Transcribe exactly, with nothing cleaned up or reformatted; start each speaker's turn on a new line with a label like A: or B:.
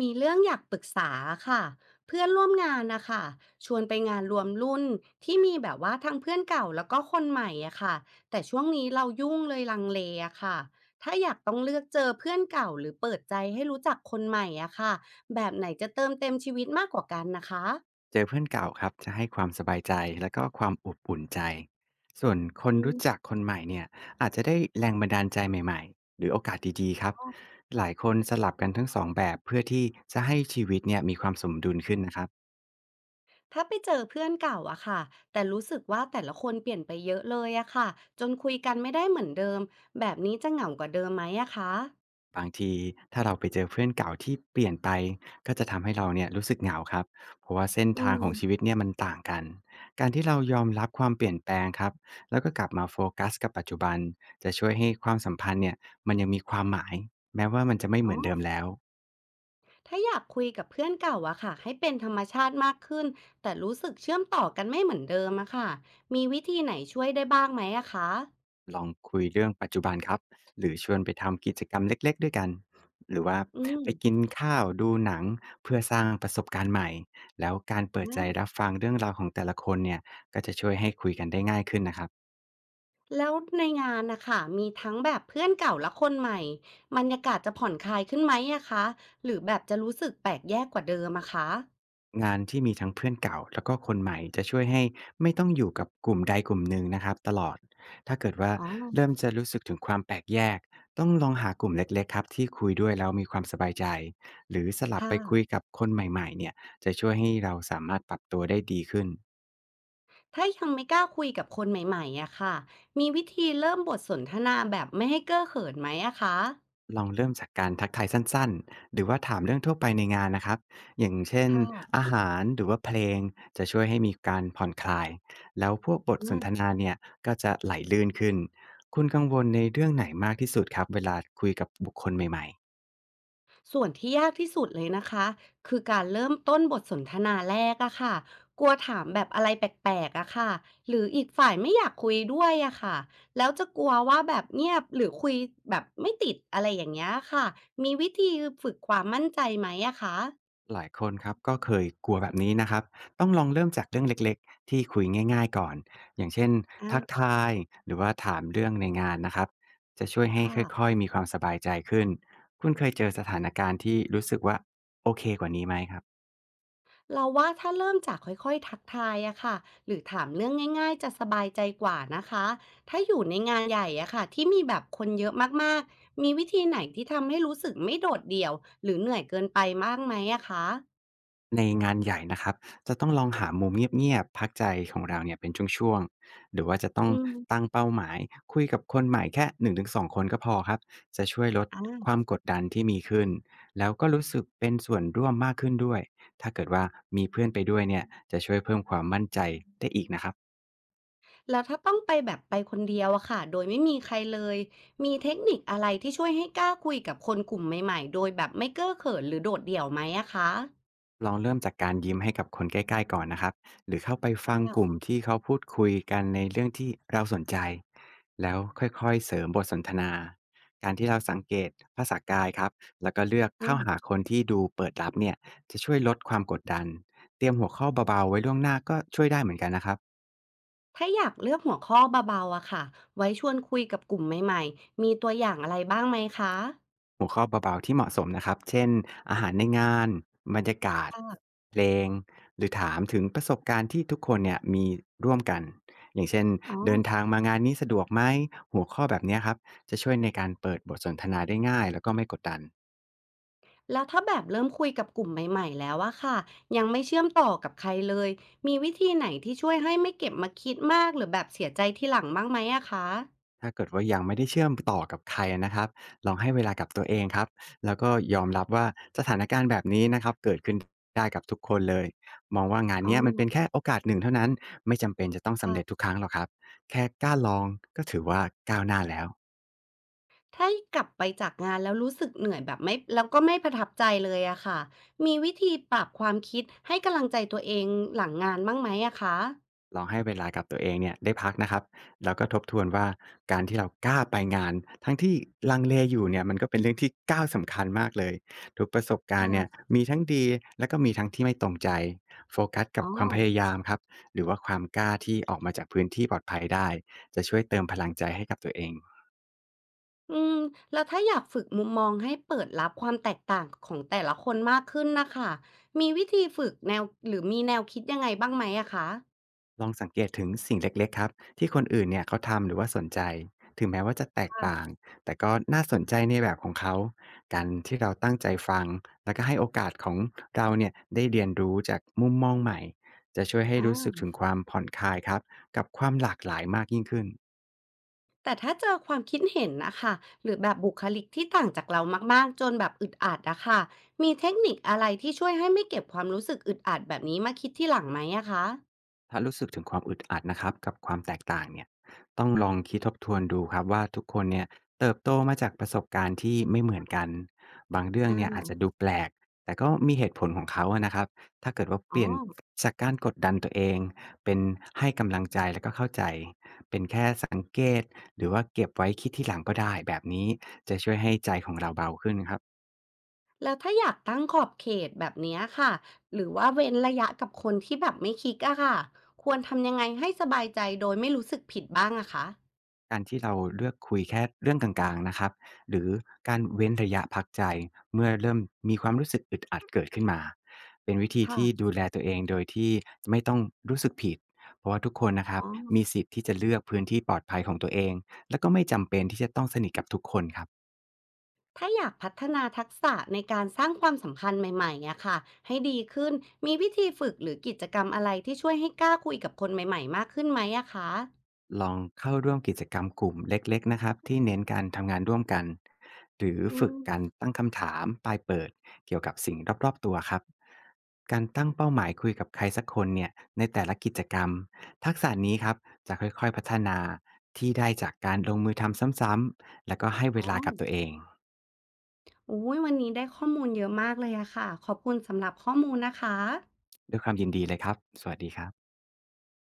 A: มีเรื่องอยากปรึกษาค่ะเพื่อนร่วมงานนะคะชวนไปงานรวมรุ่นที่มีแบบว่าทั้งเพื่อนเก่าแล้วก็คนใหม่อะค่ะแต่ช่วงนี้เรายุ่งเลยลังเลอะค่ะถ้าอยากต้องเลือกเจอเพื่อนเก่าหรือเปิดใจให้รู้จักคนใหม่อะค่ะแบบไหนจะเติมเต็มชีวิตมากกว่ากันนะคะ
B: เจอเพื่อนเก่าครับจะให้ความสบายใจแล้วก็ความอบอุ่นใจส่วนคน
A: อืม
B: รู้จักคนใหม่เนี่ยอาจจะได้แรงบันดาลใจใหม่ๆหรือโอกาสดีๆครับหลายคนสลับกันทั้งสองแบบเพื่อที่จะให้ชีวิตเนี่ยมีความสมดุลขึ้นนะครับ
A: ถ้าไปเจอเพื่อนเก่าอะค่ะแต่รู้สึกว่าแต่ละคนเปลี่ยนไปเยอะเลยอะค่ะจนคุยกันไม่ได้เหมือนเดิมแบบนี้จะเหงากว่าเดิมไหมอะคะ
B: บางทีถ้าเราไปเจอเพื่อนเก่าที่เปลี่ยนไปก็จะทำให้เราเนี่ยรู้สึกเหงาครับเพราะว่าเส้น
A: อื
B: ทางของชี
A: ม
B: วิตเนี่ยมันต่างกันการที่เรายอมรับความเปลี่ยนแปลงครับแล้วก็กลับมาโฟกัสกับปัจจุบันจะช่วยให้ความสัมพันธ์เนี่ยมันยังมีความหมายแม้ว่ามันจะไม่เห
A: อ๋
B: มื
A: อ
B: อนเดิมแล้ว
A: ถ้าอยากคุยกับเพื่อนเก่าอะค่ะให้เป็นธรรมชาติมากขึ้นแต่รู้สึกเชื่อมต่อกันไม่เหมือนเดิมอะค่ะมีวิธีไหนช่วยได้บ้างไหมอะคะ
B: ลองคุยเรื่องปัจจุบันครับหรือชวนไปทำกิจกรรมเล็กๆด้วยกันหรือว่า
A: อืม
B: ไปกินข้าวดูหนังเพื่อสร้างประสบการณ์ใหม่แล้วการเปิดใจ
A: อ่า
B: รับฟังเรื่องราวของแต่ละคนเนี่ยก็จะช่วยให้คุยกันได้ง่ายขึ้นนะครับ
A: แล้วในงานนะคะมีทั้งแบบเพื่อนเก่าและคนใหม่บรรยากาศจะผ่อนคลายขึ้นไหมอะคะหรือแบบจะรู้สึกแปลกแยกกว่าเดิมอะคะ
B: งานที่มีทั้งเพื่อนเก่าแล้วก็คนใหม่จะช่วยให้ไม่ต้องอยู่กับกลุ่มใดกลุ่มหนึ่งนะครับตลอดถ้าเกิดว่า
A: อ๋อ
B: เริ่มจะรู้สึกถึงความแปลกแยกต้องลองหากลุ่มเล็กๆครับที่คุยด้วยแล้วมีความสบายใจหรือสลับ
A: ค่ะ
B: ไปคุยกับคนใหม่ๆเนี่ยจะช่วยให้เราสามารถปรับตัวได้ดีขึ้น
A: ถ้ายังไม่กล้าคุยกับคนใหม่ๆอะค่ะมีวิธีเริ่มบทสนทนาแบบไม่ให้เก้อเขินไหมอะคะ
B: ลองเริ่มจากการทักทายสั้นๆ หรือว่าถามเรื่องทั่วไปในงานนะครับ อย่างเช่น
A: ค่
B: อาหารหรือว่าเพลงจะช่วยให้มีการผ่อนคลาย แล้วพวกบทส
A: ะ
B: นทนาเนี่ยก็จะไหลลื่นขึ้น คุณกังวลในเรื่องไหนมากที่สุดครับเวลาคุยกับบุคคลใหม่ๆ
A: ส่วนที่ยากที่สุดเลยนะคะคือการเริ่มต้นบทสนทนาแรกอะค่ะกลัวถามแบบอะไรแปลกๆอะค่ะหรืออีกฝ่ายไม่อยากคุยด้วยอะค่ะแล้วจะกลัวว่าแบบเงียบหรือคุยแบบไม่ติดอะไรอย่างเงี้ยค่ะมีวิธีฝึกความมั่นใจไหมอะคะ
B: หลายคนครับก็เคยกลัวแบบนี้นะครับต้องลองเริ่มจากเรื่องเล็กๆที่คุยง่ายๆก่อนอย่างเช่นทัก
A: อ่า
B: ทายหรือว่าถามเรื่องในงานนะครับจะช่วยให้
A: ค่ะ
B: ค่อยๆมีความสบายใจขึ้นคุณเคยเจอสถานการณ์ที่รู้สึกว่าโอเคกว่านี้ไหมครับ
A: เราว่าถ้าเริ่มจากค่อยๆทักทายอะค่ะหรือถามเรื่องง่ายๆจะสบายใจกว่านะคะถ้าอยู่ในงานใหญ่อะค่ะที่มีแบบคนเยอะมากๆมีวิธีไหนที่ทำให้รู้สึกไม่โดดเดี่ยวหรือเหนื่อยเกินไปบ้างไหมอะคะ
B: ในงานใหญ่นะครับจะต้องลองหามุมเงียบๆพักใจของเราเนี่ยเป็นช่วงๆหรือว่าจะต้อง
A: อื
B: ตั้ง
A: ม
B: เป้าหมายคุยกับคนใหม่แค่หนึ่งถึงสองคนก็พอครับจะช่วยลดค
A: อ่า
B: วามกดดันที่มีขึ้นแล้วก็รู้สึกเป็นส่วนร่วมมากขึ้นด้วยถ้าเกิดว่ามีเพื่อนไปด้วยเนี่ยจะช่วยเพิ่มความมั่นใจได้อีกนะครับ
A: แล้วถ้าต้องไปแบบไปคนเดียวอะค่ะโดยไม่มีใครเลยมีเทคนิคอะไรที่ช่วยให้กล้าคุยกับคนกลุ่มใหม่ๆโดยแบบไม่เก้อเขินหรือโดดเดี่ยวไหมอะคะ
B: ลองเริ่มจากการยิ้มให้กับคนใกล้ๆก่อนนะครับหรือเข้าไปฟังกลุ่
A: ค
B: มที่เขาพูดคุยกันในเรื่องที่เราสนใจ แล้วค่อยๆเสริมบทสนทนา การที่เราสังเกตภาษากายครับแล้วก็เลือกเข้า
A: ่ะ
B: หาคนที่ดูเปิดรับเนี่ยจะช่วยลดความกดดัน เตรียมหัวข้อเบาๆไว้ล่วงหน้าก็ช่วยได้เหมือนกันนะครับ
A: ถ้าอยากเลือกหัวข้อเบาๆอะค่ะ ไว้ชวนคุยกับกลุ่มใหม่ๆ มีตัวอย่างอะไรบ้างไหมคะ
B: หัวข้อเบาๆที่เหมาะสมนะครับ เช่นอาหารในงานบรรยากาศ
A: ค่ะ
B: เพลงหรือถามถึงประสบการณ์ที่ทุกคนเนี่ยมีร่วมกันอย่างเช่น
A: อ๋อ
B: เดินทางมางานนี้สะดวกไหมหัวข้อแบบเนี้ยครับจะช่วยในการเปิดบทสนทนาได้ง่ายแล้วก็ไม่กดดัน
A: แล้วถ้าแบบเริ่มคุยกับกลุ่มใหม่ๆแล้วอะค่ะ ยังไม่เชื่อมต่อกับใครเลย มีวิธีไหนที่ช่วยให้ไม่เก็บมาคิดมากหรือแบบเสียใจทีหลังบ้างไหมอะคะ
B: ถ้าเกิดว่ายังไม่ได้เชื่อมต่อกับใครนะครับลองให้เวลากับตัวเองครับแล้วก็ยอมรับว่าสถานการณ์แบบนี้นะครับเกิดขึ้นได้กับทุกคนเลยมองว่างาน
A: อ๋อ
B: เนี้ยมันเป็นแค่โอกาสหนึ่งเท่านั้นไม่จำเป็นจะต้องสำเร็จ
A: ค่ะ
B: ทุกครั้งหรอกครับแค่กล้าลองก็ถือว่าก้าวหน้าแล้ว
A: ถ้ากลับไปจากงานแล้วรู้สึกเหนื่อยแบบไม่แล้วก็ไม่ประทับใจเลยอะค่ะมีวิธีปรับความคิดให้กำลังใจตัวเองหลังงานบ้างไหมอะคะ
B: ลองให้เวลากับตัวเองเนี่ยได้พักนะครับแล้วก็ทบทวนว่าการที่เรากล้าไปงานทั้งที่ลังเลอยู่เนี่ยมันก็เป็นเรื่องที่ก้าวสำคัญมากเลยทุกประสบการณ์เนี่ย
A: ค่ะ
B: มีทั้งดีแล้วก็มีทั้งที่ไม่ตรงใจโฟกัสกับ
A: อ๋อ
B: ความพยายามครับหรือว่าความกล้าที่ออกมาจากพื้นที่ปลอดภัยได้จะช่วยเติมพลังใจให้กับตัวเอง
A: อืมแล้วถ้าอยากฝึกมุมมองให้เปิดรับความแตกต่างของแต่ละคนมากขึ้นนะคะมีวิธีฝึกแนวหรือมีแนวคิดยังไงบ้างไหมอะคะ
B: ลองสังเกตถึงสิ่งเล็กๆครับที่คนอื่นเนี่ยเขาทำหรือว่าสนใจถึงแม้ว่าจะแตกต่า
A: ค่ะ
B: งแต่ก็น่าสนใจในแบบของเขาการที่เราตั้งใจฟังแล้วก็ให้โอกาสของเราเนี่ยได้เรียนรู้จากมุมมองใหม่จะช่วยให้รู้สึก
A: อา
B: ถึงความผ่อนคลายครับกับความหลากหลายมากยิ่งขึ้น
A: แต่ถ้าเจอความคิดเห็นนะคะหรือแบบบุคลิกที่ต่างจากเรามากๆจนแบบอึดอัดอะค่ะมีเทคนิคอะไรที่ช่วยให้ไม่เก็บความรู้สึกอึดอัดแบบนี้มาคิดทีหลังไหมอะคะ
B: ถ้ารู้สึกถึงความอึดอัดนะครับกับความแตกต่างเนี่ยต้องลองคิดทบทวนดูครับว่าทุกคนเนี่ยเติบโตมาจากประสบการณ์ที่ไม่เหมือนกันบางเรื่อง
A: อา
B: เนี่ยอาจจะดูแปลกแต่ก็มีเหตุผลของเขาอะนะครับถ้าเกิดว่าเป
A: อ๋อ
B: ลี่ยนจากการกดดันตัวเองเป็นให้กำลังใจแล้วก็เข้าใจเป็นแค่สังเกตหรือว่าเก็บไว้คิดที่หลังก็ได้แบบนี้จะช่วยให้ใจของเราเบาขึ้นครับ
A: แล้วถ้าอยากตั้งขอบเขตแบบเนี้ยค่ะหรือว่าเว้นระยะกับคนที่แบบไม่คิกอะค่ะควรทำยังไงให้สบายใจโดยไม่รู้สึกผิดบ้างอะคะ
B: การที่เราเลือกคุยแค่เรื่องกลางๆนะครับหรือการเว้นระยะพักใจเมื่อเริ่มมีความรู้สึกอึดอัดเกิดขึ้นมาเป็นวิธีที่
A: ค่ะ
B: ดูแลตัวเองโดยที่ไม่ต้องรู้สึกผิด เพราะว่าทุกคนนะครับ
A: อ๋อ
B: มีสิทธิ์ที่จะเลือกพื้นที่ปลอดภัยของตัวเอง และก็ไม่จำเป็นที่จะต้องสนิทกับทุกคนครับ
A: ถ้าอยากพัฒนาทักษะในการสร้างความสัมพันธ์ใหม่ๆอะค่ะให้ดีขึ้นมีวิธีฝึกหรือกิจกรรมอะไรที่ช่วยให้กล้าคุยกับคนใหม่ๆมากขึ้นไหมอะคะ
B: ลองเข้าร่วมกิจกรรมกลุ่มเล็กๆนะครับที่เน้นการทำงานร่วมกันหรือ
A: อื
B: ฝึกการ
A: ม
B: ตั้งคำถามปลายเปิดเกี่ยวกับสิ่งรอบๆตัวครับการตั้งเป้าหมายคุยกับใครสักคนเนี่ยในแต่ละกิจกรรมทักษะนี้ครับจะค่อยๆพัฒนาที่ได้จากการลงมือทำซ้ำๆแล้วก็ให้เว
A: อ๋อ
B: ลากับตัวเอง
A: อุ้ยวันนี้ได้ข้อมูลเยอะมากเลยอะค่ะขอบคุณสำหรับข้อมูลนะคะ
B: ด้วยความยินดีเลยครับสวัสดีครับ